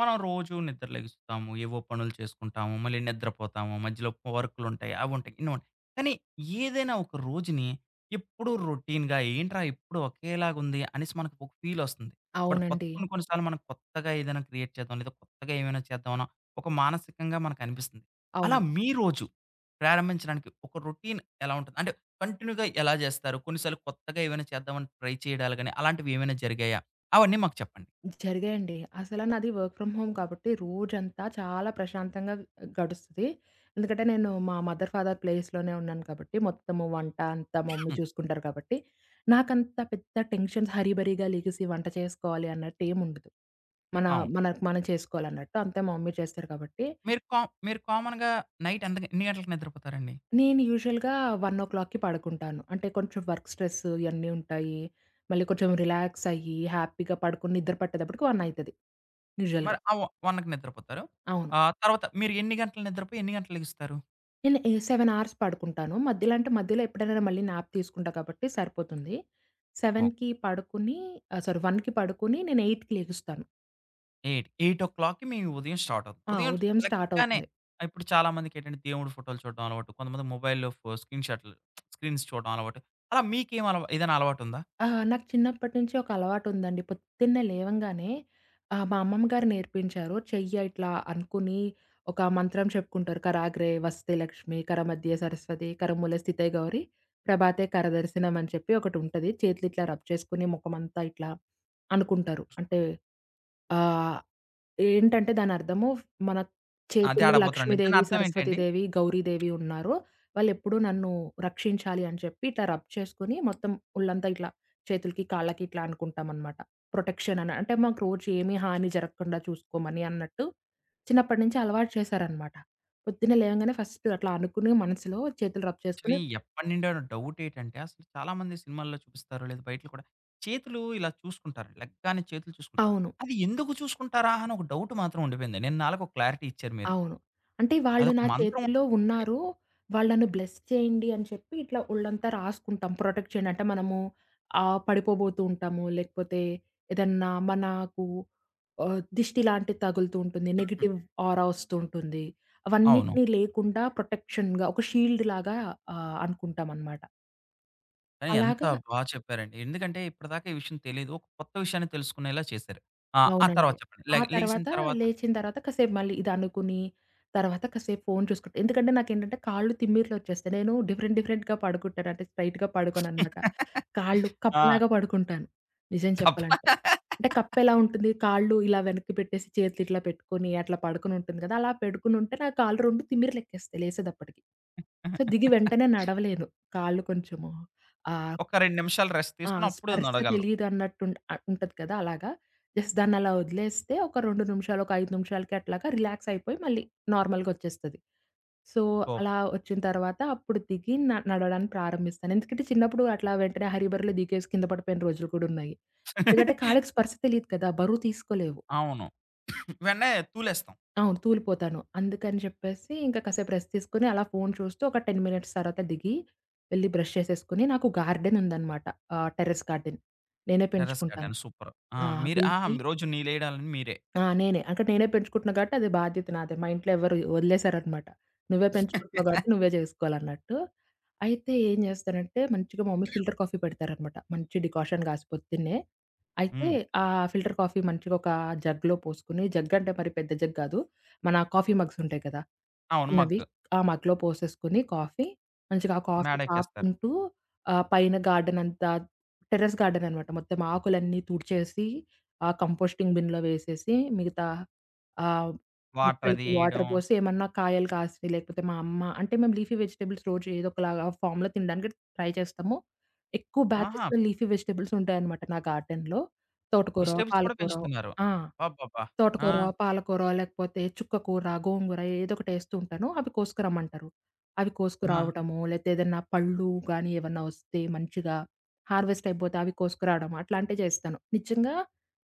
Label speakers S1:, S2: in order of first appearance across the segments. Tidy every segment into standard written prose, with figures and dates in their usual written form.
S1: మనం రోజు నిద్ర లెగుస్తాము. ఏవో పనులు చేసుకుంటాము. మళ్ళీ నిద్రపోతాము. మధ్యలో వర్కులుంటాయి. అవుంటాయి. ఇన్నుంటాయి. కానీ ఏదైనా ఒక రోజుని ఎప్పుడూ రొటీన్‌గా ఏంట్రా! ఎప్పుడు ఒకేలాగుంది అనేసి మనకు ఒక ఫీలొస్తుంది. బట్ కొత్త
S2: అవునండి.
S1: కొన్ని కొన్ని సార్లు మనం కొత్తగా ఏదైనా క్రియేట్ చేద్దాం. లేదా కొత్తగా ఏమైనా చేద్దామనో ఒక మానసికంగా మనకనిపిస్తుంది. అలా
S2: అవును.
S1: మీ రోజు ప్రారంభించడానికి ఒక రొటీన్ ఎలా ఉంటుంది? అంటే కంటిన్యూగా ఎలా చేస్తారు? కొన్ని సార్లు కొత్తగా ఏమైనా చేద్దామని ట్రై చేయడాలు గాని అలాంటివి ఏమైనా జరిగాయా? అవన్నీ మాకు చెప్పండి.
S2: జరిగాయండి. అసల నాది వర్క్ ఫ్రమ్ హోమ్ కాబట్టి రోజంతా చాలా ప్రశాంతంగా గడుస్తది. ఎందుకంటే నేను మా మదర్, ఫాదర్ ప్లేస్‌లోనే ఉన్నాను కాబట్టి మొత్తము వంట అంతా మా మమ్మీ
S1: హ్మ్.
S2: చూసుకుంటారు కాబట్టి నాకంత పెద్ద టెన్షన్స్ హరీబరీగా లెగిసి వంట చేసుకోవాలి అన్నట్టు ఏముండదు. మన
S1: అవును.
S2: మనకు మనం చేసుకోవాలన్నట్టు అంతా మా మమ్మీ చేస్తారు కాబట్టి
S1: మీరు కా మీరు కామన్‌గా నైట్ ఎన్ని గంటలకు నిద్రపోతారండి?
S2: నేను యూజువల్‌గా 1:00కి పడుకుంటాను. అంటే కొంచెం వర్క్ స్ట్రెస్ ఇయన్నీ ఉంటాయి. మళ్ళీ కొంచెం రిలాక్స్ అయ్యి హ్యాపీగా పడుకొని నిద్ర పట్టేటప్పటికి 1 అయితది యూజువల్‌గా.
S1: మరి ఆ! 1కి నిద్రపోతారు.
S2: అవును.
S1: తర్వాత మీరు ఎన్ని గంటలు నిద్రపోయి ఎన్ని గంటలకు లెగుస్తారు?
S2: నేను ఏ 7 అవర్స్ పడుకుంటాను. మధ్యలో ఎప్పుడైనా మళ్ళీ న్యాప్ తీసుకుంటా కాబట్టి సరిపోతుంది.
S1: ఓకే.
S2: 7కి పడుకుని ఆహ్, సారీ 1కి పడుకుని నేను 8కి లెగుస్తాను.
S1: 8, 8:00కి మీ ఉదయం స్టార్ట్ అవుతుంది.
S2: ఆ!
S1: ఉదయం
S2: ఉదయం స్టార్ట్
S1: లెగ్గానే
S2: అవుతుంది.
S1: ఇప్పుడు చాలామందికేంటంటే దేవుడి ఫోటోలు చూడడం అలవాటు. కొంతమంది మొబైల్‌లో స్క్రీన్ షాట్లు స్క్రీన్స్ చూడడం అలవాటు. అలా మీకేం అలవా ఏదైనా అలవాటుందా?
S2: ఆ! నాకు చిన్నప్పటి నుంచి ఒక అలవాటుందండి. పొద్దున్నే లేవంగానే మా అమ్మమ్మ గారు నేర్పించారు. చెయ్య ఇట్లా అనుకుని ఒక మంత్రం చెప్పుకుంటారు. కరాగ్రే వస్తే లక్ష్మి, కరమధ్యే సరస్వతి, కరమూల స్థితే గౌరి, ప్రభాతే కరదర్శనం అని చెప్పి ఒకటుంటది. చేతులు ఇట్లా రబ్ చేసుకొని ముఖమంతా ఇట్లా అనుకుంటారు. అంటే ఆహ్, ఏంటంటే దానర్థము మన
S1: అదే
S2: చేతుల్లో
S1: అడగబోతున్నానండి. దాని
S2: లక్ష్మీదేవి,
S1: అర్థం ఏంటండి?
S2: సరస్వతీదేవి, గౌరీదేవి ఉన్నారు. వాళ్ళెప్పుడూ నన్ను రక్షించాలి అని చెప్పి ఇట్లా రబ్ చేసుకొని మొత్తం ఒళ్ళంతా ఇట్లా చేతులకి, కాళ్ళకి ఇట్లా అనుకుంటామనమాట. ప్రొటెక్షన్ అని. అంటే మాకు రోజు ఏమి హాని జరగకుండా చూసుకోమని అన్నట్టు చిన్నప్పటి నుంచి అలవాటు చేశారనమాట. పొద్దున్నే లేవంగానే ఫస్ట్ అట్లా అనుకుని మనసులో చేతులు రబ్ చేసుకొని.
S1: యాక్చువల్లీ ఎప్పటినుండో డౌట్ ఏటంటే, అసలు చాలామంది సినిమాల్లో చూపిస్తారు, లేదా బయటలో కూడా చేతులు ఇలా చూసుకుంటారు. లెగ్గానే చేతులు చూసుకుంటారు.
S2: అవును.
S1: అది ఎందుకు చూసుకుంటారా అని ఒక డౌట్ మాత్రం ఉండిపోయింది. నిన్న ఆళ్ళకి ఒక క్లారిటీ ఇచ్చారు మీరు.
S2: అవును. అంటే వాళ్ళు
S1: అదొక
S2: నా
S1: మంత్రం
S2: చేతుల్లో
S1: ఉంటుంది.
S2: ఉన్నారు. వాళ్ళను బ్లెస్ చేయండి అని చెప్పి ఇట్లా ఒళ్ళంతా రాసుకుంటాం ప్రొటెక్ట్ చేయండి. అంటే మనము పడిపోబోతూ ఉంటాము. లేకపోతే ఏదన్నా మనకు దిష్టి లాంటిది తగులుతూ ఉంటుంది. నెగెటివ్ ఆరా వస్తూ ఉంటుంది.
S1: అవును.
S2: అవన్నిటిని లేకుండా ప్రొటెక్షన్‌గా ఒక షీల్డ్ లాగా అనుకుంటామనమాట.
S1: కానీ ఎంత
S2: అలాగా.
S1: చెప్పారండి. ఎందుకంటే ఇప్పటిదాకా ఈ విషయం తెలీదు. ఒక కొత్త విషయాన్ని తెలుసుకునేలా చేశారు. ఆ! ఆ
S2: అవునండి.
S1: తర్వాత చెప్పండి.
S2: ఆ
S1: లెగిసిన
S2: తర్వాత
S1: తర్వాత
S2: లేచిన తర్వాత కాసేపు మళ్ళీ ఇది అనుకుని, తర్వాత కాసేపు ఫోను చూసుకుంటా. ఎందుకంటే నాకేంటంటే కాళ్ళు తిమ్మిర్లొచ్చేస్తాయి. నేను డిఫరెంట్ డిఫరెంట్‌గా పడుకుంటాను. అంటే స్ట్రెయిట్‌గా పడుకోననమాట. కాళ్ళు
S1: ఆ!
S2: కప్పలాగా పడుకుంటాను నిజం
S1: కప్ప
S2: చెప్పాలంటే. అంటే కప్పెలా ఉంటుంది, కాళ్ళు ఇలా వెనక్కి పెట్టేసి చేతులు ఇట్లా పెట్టుకొని అట్లా పడుకొని ఉంటుంది కదా! అలా పెడుకొని ఉంటే నా కాళ్ళు 2 తిమ్మిర్లెక్కేస్తాయి లేసేదప్పటికి. సో, దిగి వెంటనే నడవలేను. కాళ్ళు కొంచెము ఆహ్
S1: ఒక 2 నిమిషాలు రెస్ట్
S2: ఆ!
S1: తీసుకొని అప్పుడు
S2: స్పర్శ
S1: నడగలరు.
S2: తెలీదన్నట్టుంట ఉంటది కదా! అలాగా. జస్ట్ దాన్నలా వదిలేస్తే ఒక 2 నిమిషాలు, ఒక 5 నిమిషాలకి అట్లాగా రిలాక్స్ అయిపోయి మళ్ళీ నార్మల్‌గొచ్చేస్తది. సో, అలా
S1: సూపర్.
S2: వచ్చిన తర్వాత అప్పుడు దిగి నడవడానికి ప్రారంభిస్తాను. ఎందుకంటే చిన్నప్పుడు అట్లా వెంటనే హరీబరీలో దిగేసి కింద పడిపోయిన రోజులు కూడా ఉన్నాయి. ఎందుకంటే కాళ్ళకి స్పర్శ తెలీదు కదా! బరువు తీసుకోలేవు.
S1: అవును. వెంటనే తూలేస్తాం.
S2: అవును. తూలిపోతాను. అందుకని చెప్పేసి ఇంకా కాసేపు రెస్ట్ తీసుకొని అలా ఫోను చూస్తూ ఒక 10 మినిట్స్ తర్వాత దిగి వెళ్లి బ్రష్ చేసేసుకొని నాకు గార్డెనుందనమాట. Terrace garden. నేనే
S1: టెర్రస్
S2: పెంచుకుంటాను.
S1: Garden super. ఆ!
S2: ఆ!
S1: మీరు ఆహా!
S2: వెళ్ళిపోయి
S1: రోజు నీళ్లేయడాలని మీరే.
S2: ఆ! నేనే. అంటే నేనే పెంచుకుంటున్నా కాబట్టి అది బాధ్యత నాదే. మా ఇంట్లో ఎవరు వదిలేసారనమాట. "నువ్వే పెంచుకుంటున్నావు కాబట్టి నువ్వే చేసుకోవాలన్నట్టు." అయితే ఏం చేస్తానంటే మంచిగా మా మమ్మీ ఫిల్టర్ కాఫీ పెడతారనమాట. మంచి డికాషన్ కాసి పొద్దున్నే. అయితే
S1: హ్మ్.
S2: ఆ ఫిల్టర్ కాఫీ మంచిగా ఒక జగ్‌లో పోసుకొని జగ్ అంటే మరి పెద్ద జగ్ కాదు. మన కాఫీ మగ్స్ ఉంటాయి కదా!
S1: అవును.
S2: చిన్నవి.
S1: మగ్గు.
S2: ఆ మగ్‌లో పోసేసుకొని కాఫీ, మంచిగా ఆ కాఫీ
S1: మేడెక్కేస్తారు.
S2: తాపుకుంటూ పైన గార్డెన్ అంతా టెర్రస్ గార్డెన్ అనమాట. మొత్తం ఆకులన్నీ తుడిచేసి, ఆ కంపోస్టింగ్ బిన్‌లో వేసేసి, మిగతా ఆహ్,
S1: వాటర్ అది
S2: మొక్కలకి వాటర్
S1: ఎయడం.
S2: పోసి ఏమన్నా కాయలు కాసినయి లేకపోతే మా అమ్మ అంటే మేము లీఫీ వెజిటబుల్స్ రోజు ఏదో ఒకలాగా ఫామ్‌లో తినడానికి ట్రై చేస్తాము. ఎక్కువ
S1: ఆహా!
S2: బ్యాచెస్‌లో లీఫీ వెజిటబుల్స్ ఉంటాయన్నమాట నా గార్డెన్‌లో. తోటకూర,
S1: వెజిటబుల్స్ కూడా
S2: పాలకూర.
S1: పెంచుతున్నారు.
S2: ఆ!
S1: అబ్బబ్బా! ఆ!
S2: తోటకూర, పాలకూర లేకపోతే చుక్క కూర, గోంగూర ఏదోకటి ఏస్తూ ఉంటాను. అవి కోసుకురమ్మంటారు. అవి
S1: ఆ!
S2: కోసుకురావడము, లేతే ఏదన్నా పళ్ళు గానీ ఏవన్నా వస్తే మంచిగా హార్వెస్ట్ అయిపోతే అవి కోసుకురావడం అట్లాంటివి చేస్తాను. నిజంగా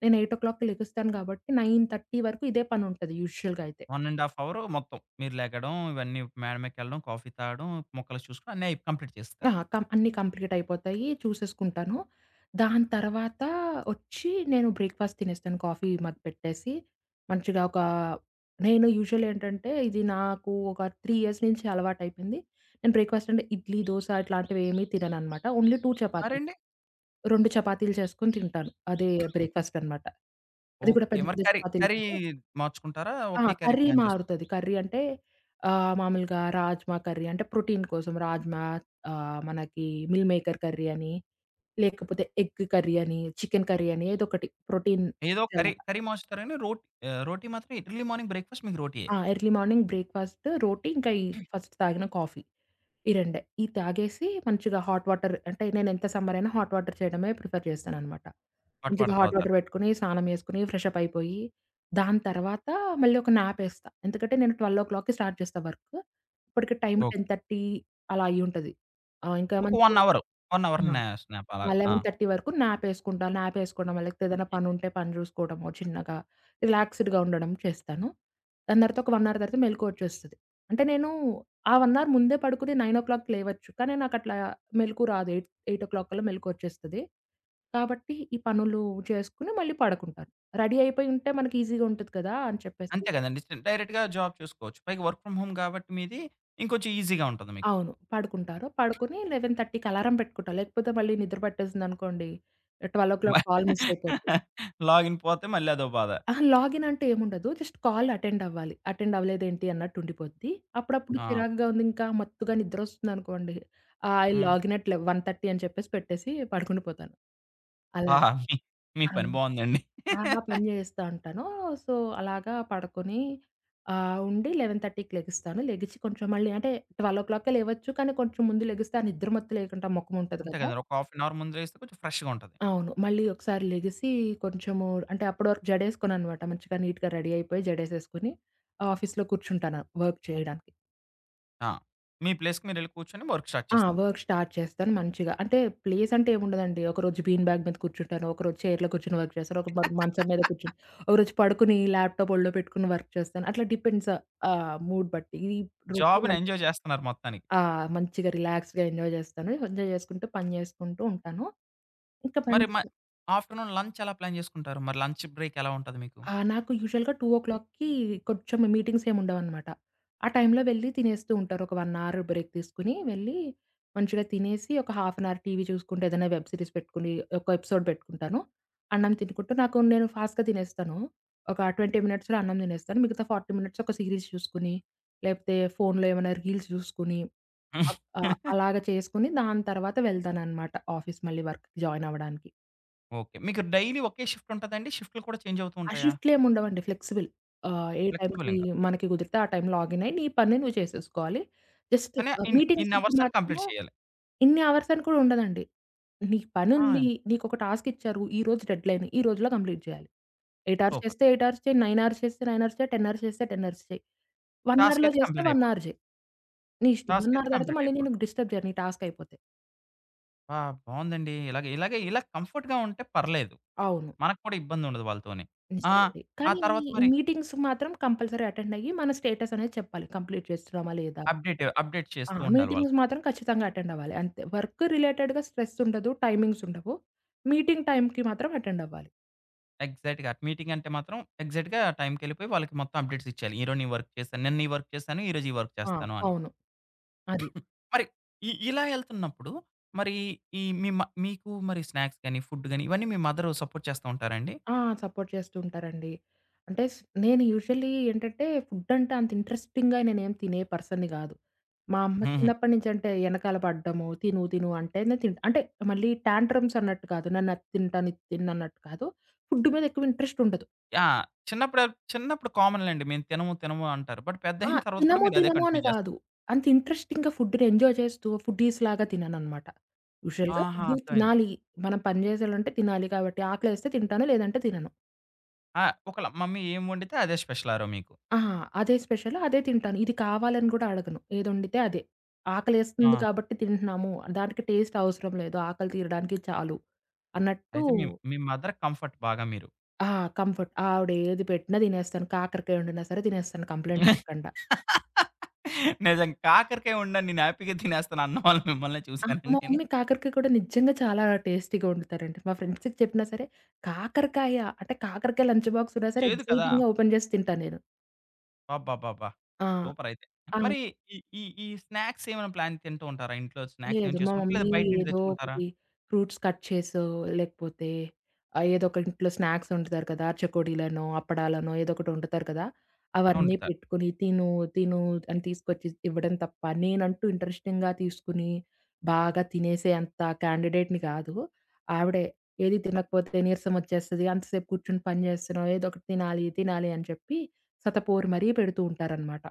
S2: నేను 8:00 లెగుస్తాను కాబట్టి 9:30 వరకు ఇదే పనుంటది యూజువల్‌గా అయితే.
S1: 1 ½ అవర్ మొత్తం మీరు లెగడం, ఇవన్నీ మేడ మీదకెళ్ళడం, కాఫీ తాగడం, మొక్కలు చూసుకోవడం అన్నీ అయి కంప్లీట్
S2: ఆ!
S1: చేస్తారు.
S2: అన్నీ కంప్లీట్ అయిపోతాయి. చూసేసుకుంటాను. దాని తర్వాత ఒచ్చి నేను బ్రేక్‌ఫాస్ట్ తినేస్తాను. కాఫీ మగ్ పెట్టేసి, మంచిగా ఒక నేను యూజువల్ ఏంటంటే, ఇది నాకు ఒక 3 ఇయర్స్ నుంచి అలవాటయిపోయింది. నేను బ్రేక్‌ఫాస్ట్ అంటే ఇడ్లీ, దోస ఇట్లాంటివేమీ తినననమాట. ఓన్లీ 2 చపాతీస్.
S1: మరండి?
S2: 2 చపాతీలు చేసుకొని తింటాను. అదే బ్రేక్‌ఫాస్ట్ అనమాట. అది కూడా
S1: ఓకే.
S2: పెద్ద
S1: మరి
S2: పెద్ద
S1: కర్రీ,
S2: చపాతీలు
S1: కర్రీ
S2: కాదు.
S1: మార్చుకుంటారా?
S2: ఆ!
S1: ఒకే కర్రీ
S2: కర్రీ
S1: ప్లాన్ చేసు
S2: మారుతది. కర్రీ అంటే మామూలుగా రాజ్మా కర్రీ అంటే ప్రోటీన్ కోసం రాజ్మా మనకి మిల్ మేకర్ కర్రీ అని, లేకపోతే ఎగ్ కర్రీ అని, చికెన్ కర్రీ అని ఏదోకటి ప్రోటీన్
S1: ఏదో కర్రీ,
S2: వచ్చేలాగా.
S1: కర్రీ మార్చుతారు గాని రోటీ మాత్రం ఎర్లీ మార్నింగ్ బ్రేక్‌ఫాస్ట్ మీకు రోటీయే.
S2: ఆ! ఎర్లీ మార్నింగ్ బ్రేక్‌ఫాస్ట్ రోటీ ఇంకా ఈ ఫస్ట్ తాగిన కాఫీ. ఈ రెండే. ఇయి తాగేసి మంచిగా హాట్ వాటర్ అంటే నేనెంత సమ్మర్ అయినా హాట్ వాటర్ చేయడమే ప్రిఫర్ చేస్తాననమాట.
S1: హాట్
S2: కొద్దిగా
S1: వాటర్
S2: హాట్
S1: తాగుతారు.
S2: వాటర్ పెట్టుకొని, స్నానం చేసుకొని, ఫ్రెష్ అప్ అయిపోయి, దాని తర్వాత మళ్ళీ ఒక న్యాప్ ఏస్తా. ఎందుకంటే నేను 12:00కి స్టార్ట్ చేస్తా వర్క్. ఇప్పటికి టైమ్
S1: ఓకే.
S2: 10:30 అలా అయ్యుంటది. ఆ! ఇంకా
S1: ఒక
S2: మంచి
S1: 1 అవర్. 1
S2: ఆ!
S1: అవర్
S2: ఆ!
S1: న్యా స్నాప్ అలాగా. ఆ!
S2: 11:30 వరకు నాపేసుకుంటా. నాపేసుకోవడమో, లేకపోతే ఏదైనా పనుంటే పని జూసుకోవడమో చిన్నగా, రిలాక్స్‌డ్‌గా ఉండడం చేస్తాను. దాని తర్వాత ఒక 1 అవర్ తర్వాత మెలుకువ వచ్చేస్తది. అంటే నేను ఆ 1 అవర్ ముందే పడుకుని 9:00 లేవచ్చు. కానీ నాకట్లా మెలుకువ రాదు. 8:00 కల్లా మెలుకువ వచ్చేస్తది. కాబట్టి ఈ పనులు చేసుకొని మళ్ళీ పడుకుంటాను. రెడీ అయిపోయి ఉంటే మనకి ఈజీగా ఉంటది కదా! అని చెప్పేసి.
S1: అంతే కదండీ. స్ డైరెక్ట్‌గా జాబ్ చూసుకోవచ్చు. పైగా వర్క్ ఫ్రమ్ హోమ్ కాబట్టి మీది ఇంకొంచెం ఈజీగా ఉంటది మీకు.
S2: అవును. పడుకుంటారు. పడుకొని 11:30కి అలారం పెట్టుకుంటా. లేకపోతే మళ్ళీ నిద్ర పట్టేసిందనుకోండి 12:00
S1: మ
S2: కాల్ మిస్ అయిపోద్ది.
S1: లాగిన్ పోతే మళ్ళీ అదో బాధ.
S2: అహా! లాగిన్ అంటూ ఏముండదు. జస్ట్ కాల్ అటెండ్ అవ్వాలి. అటెండ్ అవ్వలేదేంటి అన్నట్టు ఉండిపోద్ది. అప్పుడప్పుడు
S1: ఆ!
S2: చిరాకుగా ఉంది ఇంకా మత్తుగా నిద్రొస్తుందనుకోండి. I
S1: hmm.
S2: లాగిన్ అట్ లెవ్ 1:30 అని చెప్పేసి పెట్టేసి పడుకుండిపోతాను.
S1: ఆ!
S2: అలాగ.
S1: మీ మీ పని
S2: అవును.
S1: బావుందండి.
S2: ఆ! ఆ పని చేస్తా ఉంటాను. సో, అలాగా పడుకొని ఆహ్, ఉండి 11:30కి లెగుస్తాను. లెగిచి కొంచెం మళ్ళీ అంటే 12:00కే లేవచ్చు. కానీ కొంచెం ముందు లెగిస్తే ఆ నిద్ర మత్తు లేకుండా మొఖం ఉంటది
S1: అంతే
S2: కదా!
S1: కదండీ. ఒక హాఫ్ ఎన్ అవర్ ముందు లేస్తే కొంచెం ఫ్రెష్‌గా ఉంటది.
S2: అవును. మళ్ళీ ఒకసారి లెగిసి కొంచెము అంటే అప్పటి వరకు జడేసుకోననమాట. మంచిగా నీట్‌గా రెడీ అయిపోయి జడేసేసుకొని ఆఫీస్‌లో కూర్చుంటాను వర్క్ చేయడానికి.
S1: ఆ! మీ ప్లేస్‌కి మీరెళ్లి కూర్చొని వర్క్ స్టార్ట్
S2: ఆ!
S1: చేస్తారు.
S2: వర్క్ స్టార్ట్ చేస్తాను మంచిగా. అంటే ప్లేస్ అంటే ఏముండదండి. ఒకరోజు బీన్ బ్యాగ్ మీద కూర్చుంటాను. ఒకరోజు చైర్‌లో కూర్చొని వర్క్ చేస్తాను. ఒక మంచం మీద కూర్చొని ఒకరోజు పడుకుని ల్యాప్‌టాప్ ఒళ్ళో పెట్టుకొని వర్క్ చేస్తాను. అట్లా డిపెండ్స్ మూడ్ బట్టి. ఇది రొటీన్
S1: జాబ్‌ని
S2: అంటే.
S1: ఎంజాయ్ చేస్తున్నారు మొత్తానికి.
S2: ఆ! మంచిగా రిలాక్స్‌గా ఎంజాయ్ చేస్తాను. ఎంజాయ్ చేసుకుంటూ పని చేసుకుంటూ ఉంటాను. ఇంకా
S1: మరి మ
S2: మంచి.
S1: ఆఫ్టర్‌నూన్ లంచ్ ఎలా ప్లాన్ చేసుకుంటారు? మరి లంచ్ బ్రేక్ ఎలా ఉంటది మీకు?
S2: ఆ! నాకు యూజువల్‌గా 2:00కి కొంచెం మీటింగ్స్ ఏమి ఉండవనమాట. ఆ టైంలో వెళ్లి తినేస్తూ ఉంటారు. ఒక 1 అవర్ బ్రేక్ తీసుకొని వెళ్లి మంచిగా తినేసి ఒక హాఫ్ అన్ అవర్ టీవీ చూసుకుంటే ఏదైనా వెబ్ సీరీస్ పెట్టుకొని ఒక ఎపిసోడ్ పెట్టుకుంటాను. అన్నం తినుకుంటూ నాకు నేను ఫాస్ట్‌గా తినేస్తాను. ఒక 20 మినిట్స్‌లో అన్నం తినేస్తాను. మిగతా 40 మినిట్స్ ఒక సీరీస్ చూసుకొని, లేకపోతే ఫోన్‌లో ఏమైనా రీల్స్ చూసుకొని, అలాగ చేసుకొని దాని తర్వాత వెళ్తాననమాట ఆఫీస్ మళ్ళీ వర్క్‌కి జాయిన్ అవ్వడానికి.
S1: ఓకే. మీకు డైలీ ఒకే షిఫ్ట్ ఉంటదండి? షిఫ్ట్‌లు కూడా చేంజ్ అవుతూ
S2: ఆ
S1: ఉంటాయా?
S2: షిఫ్ట్‌లేముండవండి ఫ్లెక్సిబుల్. ఏ
S1: ఫ్లెక్సిబుల్
S2: టైంకి
S1: ఇంకా.
S2: మనకి కుదిరితే ఆ టైం లాగినయి నీ పని నువ్వు చేసేసుకోవాలి. జస్ట్
S1: కానీ
S2: మీటింగ్స్
S1: ఇన్ని
S2: అప్పుడు
S1: అవర్స్ అని
S2: మాత్రము
S1: కంప్లీట్ చేయాలి.
S2: ఇన్ని అవర్స్ అని కూడా ఉండదండి. నీకు
S1: ఆ!
S2: పనుంది, నీకొక టాస్క్ ఇచ్చారు, ఈ రోజు డెడ్‌లైన్, ఈ రోజులో కంప్లీట్ చేయాలి. 8 అవర్స్
S1: సూపర్.
S2: చేస్తే 8 అవర్స్ చేయి, 9 అవర్స్ చేస్తే 9 అవర్స్ చేయి, 10 అవర్స్ చేస్తే 10 అవర్స్ చేయి. 1
S1: టాస్క్
S2: అవర్‌లో
S1: అయితే
S2: చేస్తే
S1: కంప్లీట్
S2: 1
S1: అయిపోవాలి.
S2: అవర్ చేయి. నీ ఇష్టం.
S1: టాస్క్
S2: 1
S1: అయితే
S2: అవర్ తర్వాత
S1: కంప్లీట్
S2: మళ్ళీ నేను
S1: అయిపోవాలి.
S2: డిస్టర్బ్ చేయను నీ టాస్క్ అయిపోతే.
S1: ఆ! బావుందండి. ఇలాగే ఇలాగే ఇలా కంఫర్ట్‌గా ఉంటే పర్లేదు.
S2: అవును.
S1: మనకు కూడా ఇబ్బందుండదు వాళ్ళతోని. ఆ!
S2: నిజమండి.
S1: ఆ
S2: కానీ
S1: తర్వాత
S2: ఈ
S1: మరి
S2: మీటింగ్స్ మాత్రం కంపల్సరీ అటెండ్ అయ్యి మన స్టేటస్ అనేది చెప్పాలి. కంప్లీట్ చేస్తున్నామా లేదా?
S1: అప్డేట్, అప్డేట్
S2: ఆ!
S1: చేస్తూ ఉండాలి
S2: మీటింగ్స్
S1: వాళ్ళకి.
S2: మాత్రం ఖచ్చితంగా అటెండ్ అవ్వాలి. అంతే. వర్క్ రిలేటెడ్‌గా స్ట్రెస్ ఉండదు. టైమింగ్స్ ఉండవు. మీటింగ్ టైమ్‌కి మాత్రం అటెండ్ అవ్వాలి.
S1: ఎగ్జాక్ట్‌గా అటు మీటింగ్ అంటే మాత్రం ఎగ్జాక్ట్‌గా టైంకెళ్ళిపోయి వాళ్ళకి మొత్తం అప్డేట్స్ ఇచ్చేయాలి. ఈరోజు నీ వర్క్ చేశాను. నిన్న ఈ వర్క్ చేశాను. ఈరోజు ఈ వర్క్
S2: ఆ!
S1: చేస్తాను అని.
S2: అవును. అది.
S1: మరి ఇలా ఎళ్తున్నప్పుడు మరి ఈ మీ మ మీకు మరి స్నాక్స్ గాని, ఫుడ్ గాని ఇవన్నీ మీ మదరు సపోర్ట్ చేస్తా ఉంటారండి?
S2: ఆ! సపోర్ట్ చేస్తూ ఉంటారండి. అంటే స్ నేను యూజువల్లీ ఏంటంటే ఫుడ్ అంటే అంత ఇంట్రెస్టింగ్‌గా నేనేం తినే పర్సన్‌ని కాదు. మా అమ్మ చిన్నప్పటి నుంచి అంటే ఎనకాల పడ్డము, తిను తిను అంటేనే తింటా. అంటే మళ్ళీ టాంట్రమ్స్ అన్నట్టు కాదు. నన్ను అది తింటాను, ఇది తినను అన్నట్టు కాదు. ఫుడ్ మీద ఎక్కువ ఇంట్రెస్ట్ ఉండదు.
S1: ఆ! చిన్నప్పుడు చిన్నప్పుడు కామన్‌లెండి. మేము తినము, తినము అంటారు. బట్
S2: ఆ!
S1: పెద్దయిన తర్వాత కూడా
S2: తినము,
S1: మీరు అదే
S2: తినము అని
S1: కంటిన్యూ చేస్తారు.
S2: కాదు. అంత ఇంట్రెస్టింగ్‌గా ఫుడ్‌ని ఎంజాయ్ చేస్తూ ఫుడ్డీస్ లాగా తినననమాట. యూజువల్‌గా
S1: ఆహా!
S2: ఫుడ్డు
S1: అర్థమైంది.
S2: తినాలి. మనం పని చేసేవాళ్ళంటే తినాలి కాబట్టి ఆకలేస్తే తింటాను లేదంటే తినను.
S1: ఆ! ఒకళ మమ్మీ ఏం వండితే అదే స్పెషల్ ఆరోజు మీకు.
S2: ఆహా! అదే స్పెషల్ అదే తింటాను. ఇది కావాలని కూడా అడగను. ఏదొండితే అదే. ఆకలేస్తుంది
S1: ఆ!
S2: కాబట్టి తింటున్నాము. దానికి టేస్ట్ అవసరం లేదు. ఆకలి తీరడానికి చాలు అన్నట్టు.
S1: అయితే మీ మీ మదర్ కంఫర్ట్ బాగా మీరు.
S2: ఆ! కంఫర్ట్. ఆవిడ ఏది పెట్టినా తినేస్తాను. కాకరకాయ వండినా సరే తినేస్తాను కంప్లెయింట్ ఇవ్వకండ.
S1: నిజం. కాకరకాయ వండని నేను హ్యాపీగా తినేస్తాను అన్న వాళ్ళు మిమ్మల్నే
S2: ఆ!
S1: చూసానండి
S2: మా
S1: నేను.
S2: మమ్మీ కాకరకాయ కూడా నిజంగా చాలా టేస్టీగా వండుతారండి. మా ఫ్రెండ్స్‌కి చెప్పినా సరే, కాకరకాయ అంటే కాకరకాయ లంచ్ బాక్స్ ఉన్నా సరే
S1: చేదు కదా!
S2: ఎక్సైటింగ్‌గా ఓపెన్ చేసి తింటా నేను.
S1: అబ్బబ్బబ్బా!
S2: ఆ!
S1: సూపర్ అయితే.
S2: ఆ!
S1: మరి ఈ ఈ ఈ స్నాక్స్ ఏమైనా ప్లాన్ తింటూ ఉంటారా? ఇంట్లో స్నాక్స్
S2: లేదు.
S1: ఏమైనా
S2: మా
S1: చేసుకుంటారా? లేదా
S2: మమ్మీ
S1: బయట నుండి
S2: ఏదో
S1: తెచ్చుకుంటారా?
S2: ఒకటి ఫ్రూట్స్ కట్ చేసో, లేకపోతే ఏదో ఒక ఇంట్లో స్నాక్స్ వండుతారు కదా! చెకోడీలనో, అప్పడాలనో ఏదో ఒకటి వండుతారు కదా! అవన్నీ
S1: వండుతారు.
S2: పెట్టుకొని తిను, తిను అని తీసుకొచ్చి ఇవ్వడం తప్ప, నేనంటూ ఇంట్రెస్టింగ్‌గా తీసుకుని, బాగా తినేసే అంత క్యాండిడేట్‌ని కాదు. ఆవిడే ఏది తినకపోతే నీరసం వచ్చేస్తది. అంతసేపు కూర్చొని పని చేస్తున్నావు. ఏదో ఒకటి తినాలి, తినాలి అని చెప్పి సతపోరు మరీ పెడుతూ ఉంటారనమాట.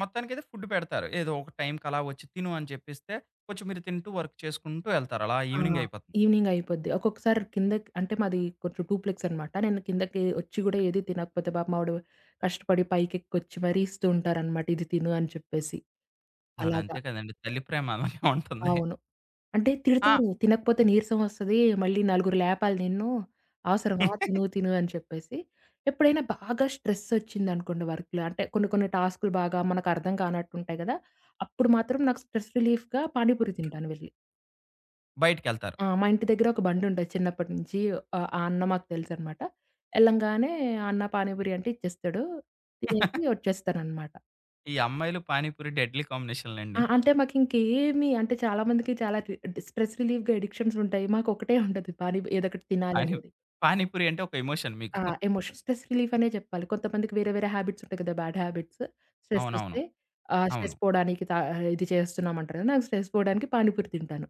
S1: మొత్తానికైతే ఫుడ్ పెడతారు. ఏదో ఒక టైంకి అలా వచ్చి తిను అని చెప్పిస్తే, కొంచెం మీరు తింటూ వర్క్ చేసుకుంటూ ఎళ్తారు. అలా
S2: ఆ!
S1: ఈవినింగ్ అయిపోతుంది.
S2: ఈవినింగ్ అయిపోద్ది. ఒక్కొక్కసారి కిందకి అంటే మాది కొంచెం డూప్లెక్స్ అనమాట. నేను కిందకి వచ్చి గూడా ఏది తినకపోతే పాపం ఆవిడ కష్టపడి పైకెక్కొచ్చి మరీ ఇస్తూ ఉంటారనమాట. ఇది తిను అని చెప్పేసి.
S1: మరి
S2: అలాగా.
S1: అంతే కదండీ! తల్లి ప్రేమ అలాగే ఉంటుంది.
S2: అవును. అంటే
S1: ఆ!
S2: తిడతారు. తినకపోతే నీరసం వస్తది. మళ్ళీ నలుగురు లేపాలి నిన్ను. అవసరమా తిను తిను అని చెప్పేసి. ఎప్పుడైనా బాగా స్ట్రెస్ వచ్చిందనుకోండి వర్క్‌లో అంటే కొన్ని కొన్ని టాస్క్‌లు బాగా మనకు అర్థం కానట్టుంటాయి గదా! అప్పుడు మాత్రం నాకు స్ట్రెస్ రిలీఫ్‌గా పానీపూరి తింటాను వెళ్ళి.
S1: బయటికెళ్తారు.
S2: ఆ! మా ఇంటి దగ్గర ఒక బండుంటది చిన్నప్పటి నుంచి. ఆ అన్న మాకు తెలుసనమాట. ఎళ్ళంగానే ఆ అన్న పానీపూరి అంటే ఇచ్చేస్తాడు. తినేసి వచ్చేస్తాననమాట.
S1: ఈ అమ్మాయిలు పానీపూరి డెడ్లీ
S2: ఆ!
S1: కాంబినేషన్‌లండి.
S2: అంటే మాకింకేమి అంటే చాలా మందికి చాలా రి స్ట్రెస్ రిలీఫ్‌గా అడిక్షన్స్ ఉంటాయి. మాకొకటే ఉంటది పానీ ఏదో ఒకటి తినాలి
S1: పానీ
S2: అనేది.
S1: పానీపూరి అంటే ఒక ఎమోషన్
S2: ఆ!
S1: మీకు.
S2: ఎమోషన్ స్ట్రెస్ రిలీఫ్ అనే చెప్పాలి. కొంతమందికి వేరే వేరే హ్యాబిట్స్ ఉంటాయి కదా! Bad habits. స్ట్రెస్
S1: అవునవును.
S2: వస్తే ఆహ్,
S1: అవును.
S2: స్ట్రెస్ పోవడానికి తా ఇది చేస్తున్నామంటారు కదా! నాకు స్ట్రెస్ పోవడానికి పానీపూరి తింటాను.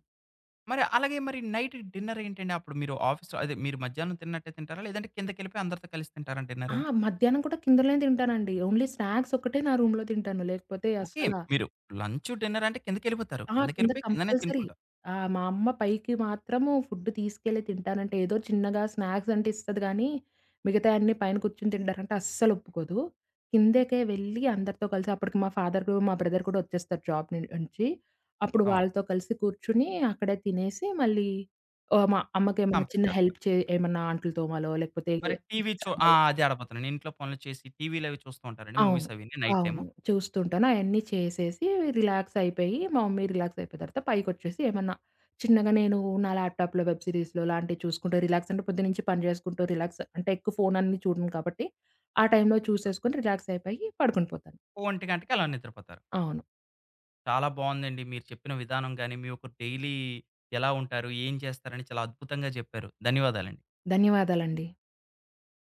S1: మరి అలాగే మరి నైట్ డిన్నర్ ఏంటండి? అప్పుడు మీరు ఆఫీస్‌లో అదే మీరు మధ్యాహ్నం తిన్నట్టే తింటారా? లేదంటే కిందకెళ్ళిపోయి అందరితో కలిసి తింటారా
S2: ఆ!
S1: డిన్నరు?
S2: మధ్యాహ్నం కూడా కిందలోనే తింటానండి. ఓన్లీ స్నాక్స్ ఒక్కటే నా రూమ్‌లో తింటాను. లేకపోతే
S1: ఓకే.
S2: అస్సల.
S1: మీరు లంచ్, డిన్నర్ అంటే కిందకెళ్ళిపోతారు.
S2: ఆ! కింద
S1: కిందకెళ్ళిపోయి కిందనే
S2: కంపల్సరీ.
S1: తినుకుంటారు.
S2: ఆ! మా అమ్మ పైకి మాత్రము ఫుడ్ తీసుకెళ్ళి తింటానంటే, ఏదో చిన్నగా స్నాక్స్ అంటే ఇస్తది గానీ, మిగతాయన్నీ పైన కూర్చొని తింటారంటే అస్సలు ఒప్పుకోదు. కిందకే వెళ్ళి అందరితో కలిసి అప్పటికి మా ఫాదరు, మా బ్రదర్ కూడా ఒచ్చేస్తారు జాబ్ నుంచి. అప్పుడు
S1: అవును.
S2: వాళ్ళతో కలిసి కూర్చుని అక్కడే తినేసి మళ్ళీ మా అమ్మకేమన్నా
S1: కంప్లీట్
S2: చిన్న
S1: చేస్తారు.
S2: హెల్ప్ ఏమన్నా అంట్లు తోమాలో లేకపోతే
S1: మరి టీవీ
S2: కిచెన్
S1: చూ ఆ!
S2: సర్దాలో.
S1: అదే అడబోతున్నాను. ఇంట్లో పనులు చేసి టీవీలవి చూస్తూ ఉంటారండి.
S2: అవును.
S1: మూవీస్ అవన్నీ నైట్ టైము.
S2: అవును. చూస్తుంటాను. అయన్నీ చేసేసి రిలాక్స్ అయిపోయి, మా మమ్మీ రిలాక్స్ అయిపోయిన తర్వాత పైకొచ్చేసి ఏమన్నా చిన్నగా నేను నా ల్యాప్‌టాప్‌లో వెబ్ సిరీస్‌లో లాంటివి చూసుకుంటూ రిలాక్స్ అంటే పొద్దున్నుంచి పని చేసుకుంటూ రిలాక్స్ అంటే ఎక్కువ ఫోన్ అన్ని చూడను కాబట్టి, ఆ టైంలో చూసేసుకొని రిలాక్స్ అయిపోయి పడుకొని పోతాను.
S1: 1:00కి అలా నిద్రపోతారు.
S2: అవును.
S1: చాలా బావుందండి. మీరు చెప్పిన విధానం గాని, మీ యొక్క డైలీ ఎలా ఉంటారు? ఏం చేస్తారని చాలా అద్భుతంగా చెప్పారు. ధన్యవాదాలండి.
S2: ధన్యవాదాలండి.